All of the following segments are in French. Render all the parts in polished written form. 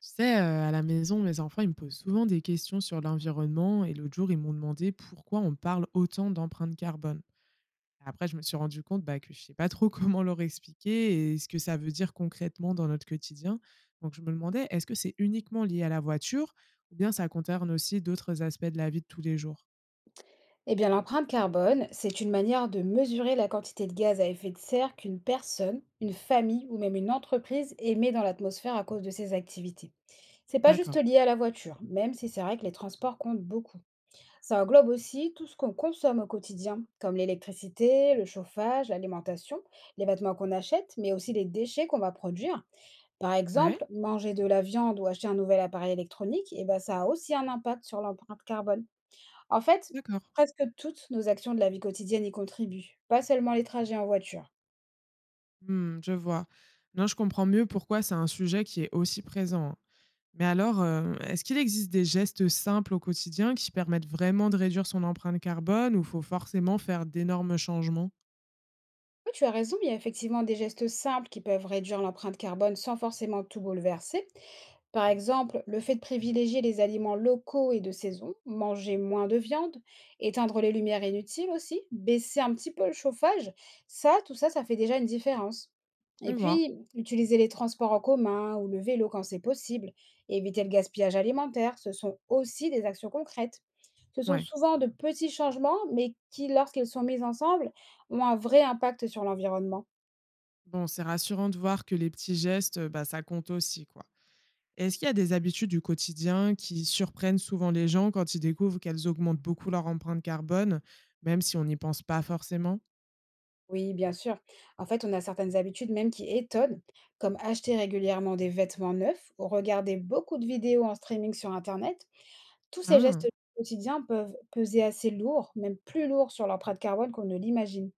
Tu sais, à la maison, mes enfants, ils me posent souvent des questions sur l'environnement et l'autre jour, ils m'ont demandé pourquoi on parle autant d'empreinte carbone. Après, je me suis rendu compte bah, que je ne sais pas trop comment leur expliquer et ce que ça veut dire concrètement dans notre quotidien. Donc, je me demandais, est-ce que c'est uniquement lié à la voiture ou bien ça concerne aussi d'autres aspects de la vie de tous les jours? Eh bien, l'empreinte carbone, c'est une manière de mesurer la quantité de gaz à effet de serre qu'une personne, une famille ou même une entreprise émet dans l'atmosphère à cause de ses activités. C'est pas juste D'accord. lié à la voiture, même si c'est vrai que les transports comptent beaucoup. Ça englobe aussi tout ce qu'on consomme au quotidien, comme l'électricité, le chauffage, l'alimentation, les vêtements qu'on achète, mais aussi les déchets qu'on va produire. Par Ouais, exemple, manger de la viande ou acheter un nouvel appareil électronique, eh ben, ça a aussi un impact sur l'empreinte carbone. En fait, d'accord. presque toutes nos actions de la vie quotidienne y contribuent, pas seulement les trajets en voiture. Mmh, je vois. Non, je comprends mieux pourquoi c'est un sujet qui est aussi présent. Mais alors, est-ce qu'il existe des gestes simples au quotidien qui permettent vraiment de réduire son empreinte carbone ou faut forcément faire d'énormes changements? Oui, tu as raison, il y a effectivement des gestes simples qui peuvent réduire l'empreinte carbone sans forcément tout bouleverser. Par exemple, le fait de privilégier les aliments locaux et de saison, manger moins de viande, éteindre les lumières inutiles aussi, baisser un petit peu le chauffage, ça, tout ça, ça fait déjà une différence. Je Et vois, puis, utiliser les transports en commun ou le vélo quand c'est possible, et éviter le gaspillage alimentaire, ce sont aussi des actions concrètes. Ce sont ouais. souvent de petits changements, mais qui, lorsqu'ils sont mis ensemble, ont un vrai impact sur l'environnement. Bon, c'est rassurant de voir que les petits gestes, bah, ça compte aussi, quoi. Est-ce qu'il y a des habitudes du quotidien qui surprennent souvent les gens quand ils découvrent qu'elles augmentent beaucoup leur empreinte carbone, même si on n'y pense pas forcément? Oui, bien sûr. En fait, on a certaines habitudes même qui étonnent, comme acheter régulièrement des vêtements neufs ou regarder beaucoup de vidéos en streaming sur Internet. Tous ces gestes Ah! quotidiens peuvent peser assez lourd, même plus lourd sur l'empreinte carbone qu'on ne l'imagine.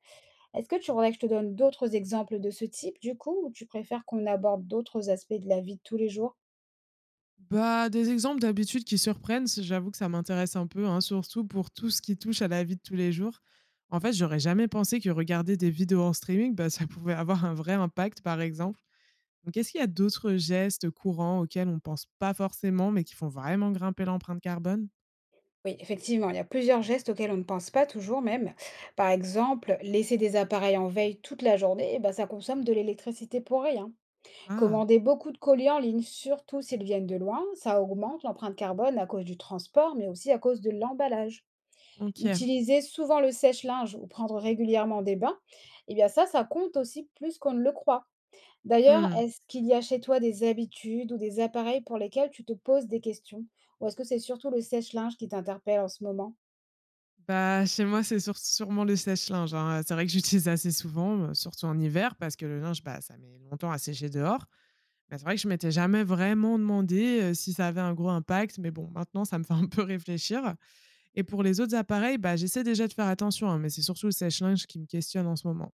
Est-ce que tu voudrais que je te donne d'autres exemples de ce type, du coup, ou tu préfères qu'on aborde d'autres aspects de la vie de tous les jours? Bah, des exemples d'habitudes qui surprennent, c j'avoue que ça m'intéresse un peu, hein, surtout pour tout ce qui touche à la vie de tous les jours. En fait, j'aurais jamais pensé que regarder des vidéos en streaming, bah, ça pouvait avoir un vrai impact, par exemple. Donc, est-ce qu'il y a d'autres gestes courants auxquels on pense pas forcément, mais qui font vraiment grimper l'empreinte carbone? Oui, effectivement, il y a plusieurs gestes auxquels on ne pense pas toujours même. Par exemple, laisser des appareils en veille toute la journée, eh ben, ça consomme de l'électricité pour rien. Ah, Commander beaucoup de colis en ligne, surtout s'ils viennent de loin, ça augmente l'empreinte carbone à cause du transport, mais aussi à cause de l'emballage. OK. Utiliser souvent le sèche-linge ou prendre régulièrement des bains, eh bien ça, ça compte aussi plus qu'on ne le croit. D'ailleurs, Mmh. est-ce qu'il y a chez toi des habitudes ou des appareils pour lesquels tu te poses des questions? Ou est-ce que c'est surtout le sèche-linge qui t'interpelle en ce moment? Bah, chez moi, c'est sur sûrement le sèche-linge, hein. C'est vrai que j'utilise assez souvent, surtout en hiver, parce que le linge, bah, ça met longtemps à sécher dehors. Bah, c'est vrai que je m'étais jamais vraiment demandé, si ça avait un gros impact, mais bon, maintenant ça me fait un peu réfléchir et pour les autres appareils, bah, j'essaie déjà de faire attention, hein, mais c'est surtout le sèche-linge qui me questionne en ce moment.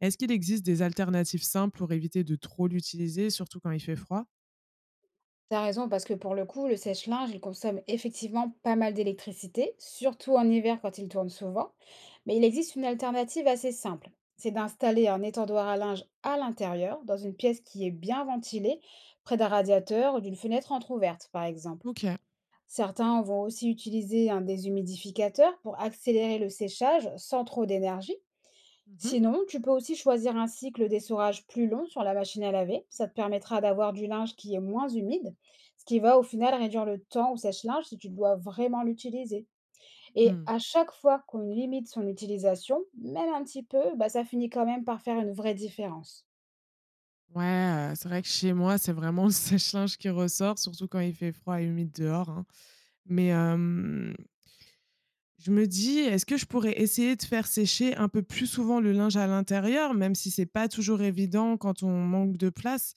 Est-ce qu'il existe des alternatives simples pour éviter de trop l'utiliser, surtout quand il fait froid? T'as raison, parce que pour le coup, le sèche-linge, il consomme effectivement pas mal d'électricité, surtout en hiver quand il tourne souvent. Mais il existe une alternative assez simple. C'est d'installer un étendoir à linge à l'intérieur, dans une pièce qui est bien ventilée, près d'un radiateur ou d'une fenêtre entrouverte, par exemple. OK. Certains vont aussi utiliser un déshumidificateur pour accélérer le séchage sans trop d'énergie. Mmh mh. Sinon, tu peux aussi choisir un cycle d'essorage plus long sur la machine à laver. Ça te permettra d'avoir du linge qui est moins humide, ce qui va au final réduire le temps au sèche-linge si tu dois vraiment l'utiliser. Et Mmh. à chaque fois qu'on limite son utilisation, même un petit peu, bah, ça finit quand même par faire une vraie différence. Ouais, c'est vrai que chez moi, c'est vraiment le sèche-linge qui ressort, surtout quand il fait froid et humide dehors, hein. Mais, je me dis: «Est-ce que je pourrais essayer de faire sécher un peu plus souvent le linge à l'intérieur?» même si c'est pas toujours évident quand on manque de place.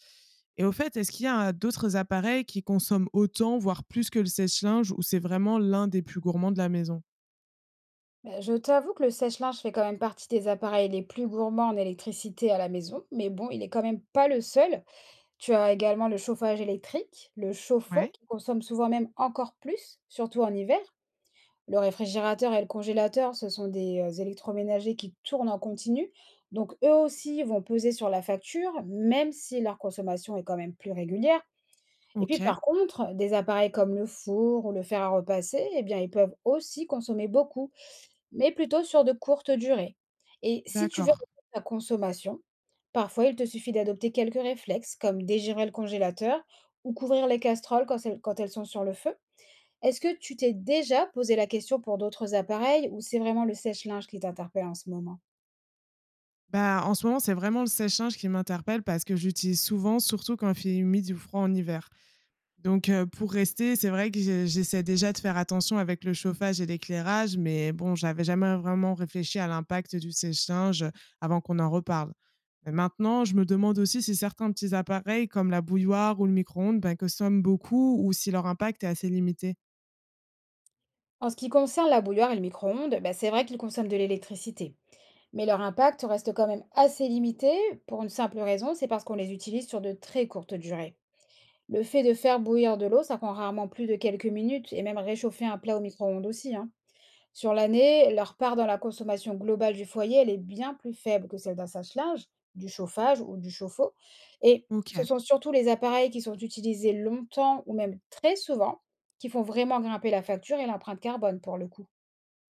Et au fait, est-ce qu'il y a d'autres appareils qui consomment autant, voire plus que le sèche-linge ou c'est vraiment l'un des plus gourmands de la maison? Bah, je t'avoue que le sèche-linge fait quand même partie des appareils les plus gourmands en électricité à la maison, mais bon, il est quand même pas le seul. Tu as également le chauffage électrique, le chauffe-eau, Ouais. qui consomme souvent même encore plus, surtout en hiver. Le réfrigérateur et le congélateur, ce sont des électroménagers qui tournent en continu, donc eux aussi vont peser sur la facture, même si leur consommation est quand même plus régulière. Et puis OK, par contre, des appareils comme le four ou le fer à repasser, eh bien, ils peuvent aussi consommer beaucoup, mais plutôt sur de courtes durées. Et si tu veux d'accord. réduire ta consommation, parfois il te suffit d'adopter quelques réflexes comme dégérer le congélateur ou couvrir les casseroles quand elles sont sur le feu. Est-ce que tu t'es déjà posé la question pour d'autres appareils ou c'est vraiment le sèche-linge qui t'interpelle en ce moment? Bah, en ce moment, c'est vraiment le sèche-linge qui m'interpelle parce que j'utilise souvent, surtout quand il fait humide ou froid en hiver. Donc, pour rester, c'est vrai que je j'essaie déjà de faire attention avec le chauffage et l'éclairage, mais bon, j'avais jamais vraiment réfléchi à l'impact du séchage avant qu'on en reparle. Mais maintenant, je me demande aussi si certains petits appareils comme la bouilloire ou le micro-ondes, ben, consomment beaucoup ou si leur impact est assez limité. En ce qui concerne la bouilloire et le micro-ondes, bah, c'est vrai qu'ils consomment de l'électricité. Mais leur impact reste quand même assez limité pour une simple raison, c'est parce qu'on les utilise sur de très courtes durées. Le fait de faire bouillir de l'eau, ça prend rarement plus de quelques minutes et même réchauffer un plat au micro-ondes aussi, hein. Sur l'année, leur part dans la consommation globale du foyer, elle est bien plus faible que celle d'un sèche-linge, du chauffage ou du chauffe-eau. Et ce OK. sont surtout les appareils qui sont utilisés longtemps ou même très souvent qui font vraiment grimper la facture et l'empreinte carbone pour le coup.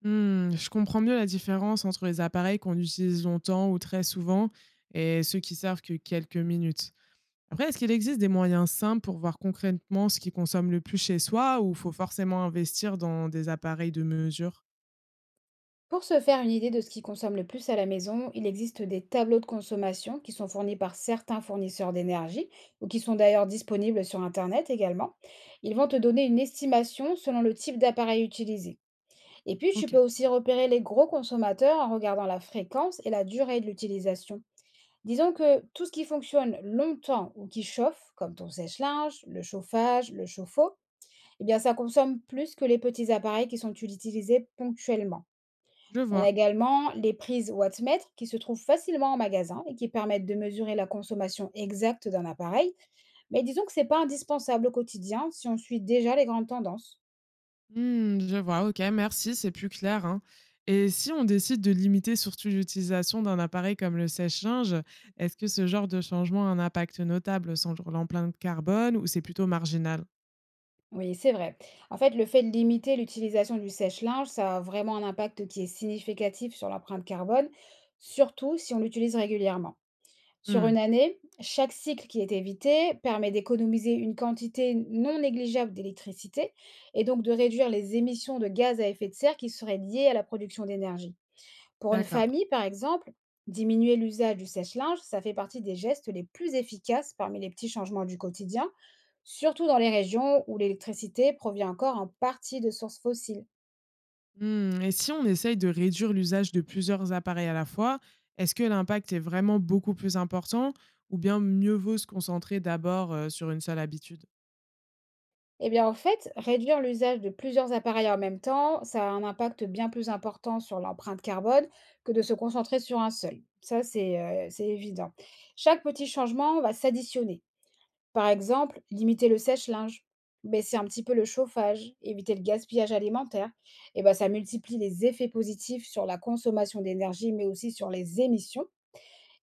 Mmh, je comprends mieux la différence entre les appareils qu'on utilise longtemps ou très souvent et ceux qui servent que quelques minutes. Après, est-ce qu'il existe des moyens simples pour voir concrètement ce qui consomme le plus chez soi ou faut forcément investir dans des appareils de mesure? Pour se faire une idée de ce qui consomme le plus à la maison, il existe des tableaux de consommation qui sont fournis par certains fournisseurs d'énergie ou qui sont d'ailleurs disponibles sur Internet également. Ils vont te donner une estimation selon le type d'appareil utilisé. Et puis, tu peux OK, aussi repérer les gros consommateurs en regardant la fréquence et la durée de l'utilisation. Disons que tout ce qui fonctionne longtemps ou qui chauffe, comme ton sèche-linge, le chauffage, le chauffe-eau, eh bien, ça consomme plus que les petits appareils qui sont utilisés ponctuellement. je On a vois. également les prises wattmètre qui se trouvent facilement en magasin et qui permettent de mesurer la consommation exacte d'un appareil. Mais disons que ce n'est pas indispensable au quotidien si on suit déjà les grandes tendances. Hmm, je vois, OK, merci, c'est plus clair, hein. Et si on décide de limiter surtout l'utilisation d'un appareil comme le sèche-linge, est-ce que ce genre de changement a un impact notable sur l'empreinte carbone ou c'est plutôt marginal? Oui, c'est vrai. En fait, le fait de limiter l'utilisation du sèche-linge, ça a vraiment un impact qui est significatif sur l'empreinte carbone, surtout si on l'utilise régulièrement. Sur Hmm, une année, chaque cycle qui est évité permet d'économiser une quantité non négligeable d'électricité et donc de réduire les émissions de gaz à effet de serre qui seraient liées à la production d'énergie. Pour une d'accord. famille, par exemple, diminuer l'usage du sèche-linge, ça fait partie des gestes les plus efficaces parmi les petits changements du quotidien, surtout dans les régions où l'électricité provient encore en partie de sources fossiles. Mmh et si on essaye de réduire l'usage de plusieurs appareils à la fois, est-ce que l'impact est vraiment beaucoup plus important ou bien mieux vaut se concentrer d'abord, sur une seule habitude? Eh bien, en fait, réduire l'usage de plusieurs appareils en même temps, ça a un impact bien plus important sur l'empreinte carbone que de se concentrer sur un seul. Ça, c'est évident. Chaque petit changement va s'additionner. Par exemple, limiter le sèche-linge, baisser un petit peu le chauffage, éviter le gaspillage alimentaire. Eh ben, ça multiplie les effets positifs sur la consommation d'énergie, mais aussi sur les émissions.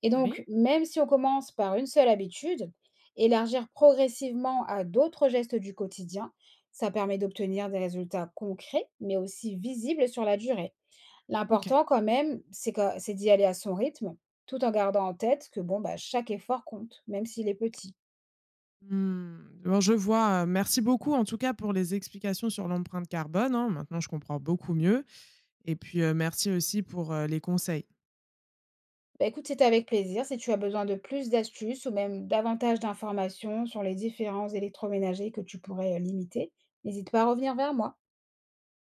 Et Oui. donc, même si on commence par une seule habitude, élargir progressivement à d'autres gestes du quotidien, ça permet d'obtenir des résultats concrets, mais aussi visibles sur la durée. OK. L'important quand même, c'est d'y aller à son rythme, tout en gardant en tête que bon, bah, chaque effort compte, même s'il est petit. Mmh, bon je vois, merci beaucoup en tout cas pour les explications sur l'empreinte carbone, hein. Maintenant je comprends beaucoup mieux et puis, merci aussi pour, les conseils. Bah, écoute, c'est avec plaisir. Si tu as besoin de plus d'astuces ou même davantage d'informations sur les différents électroménagers que tu pourrais limiter, n'hésite pas à revenir vers moi.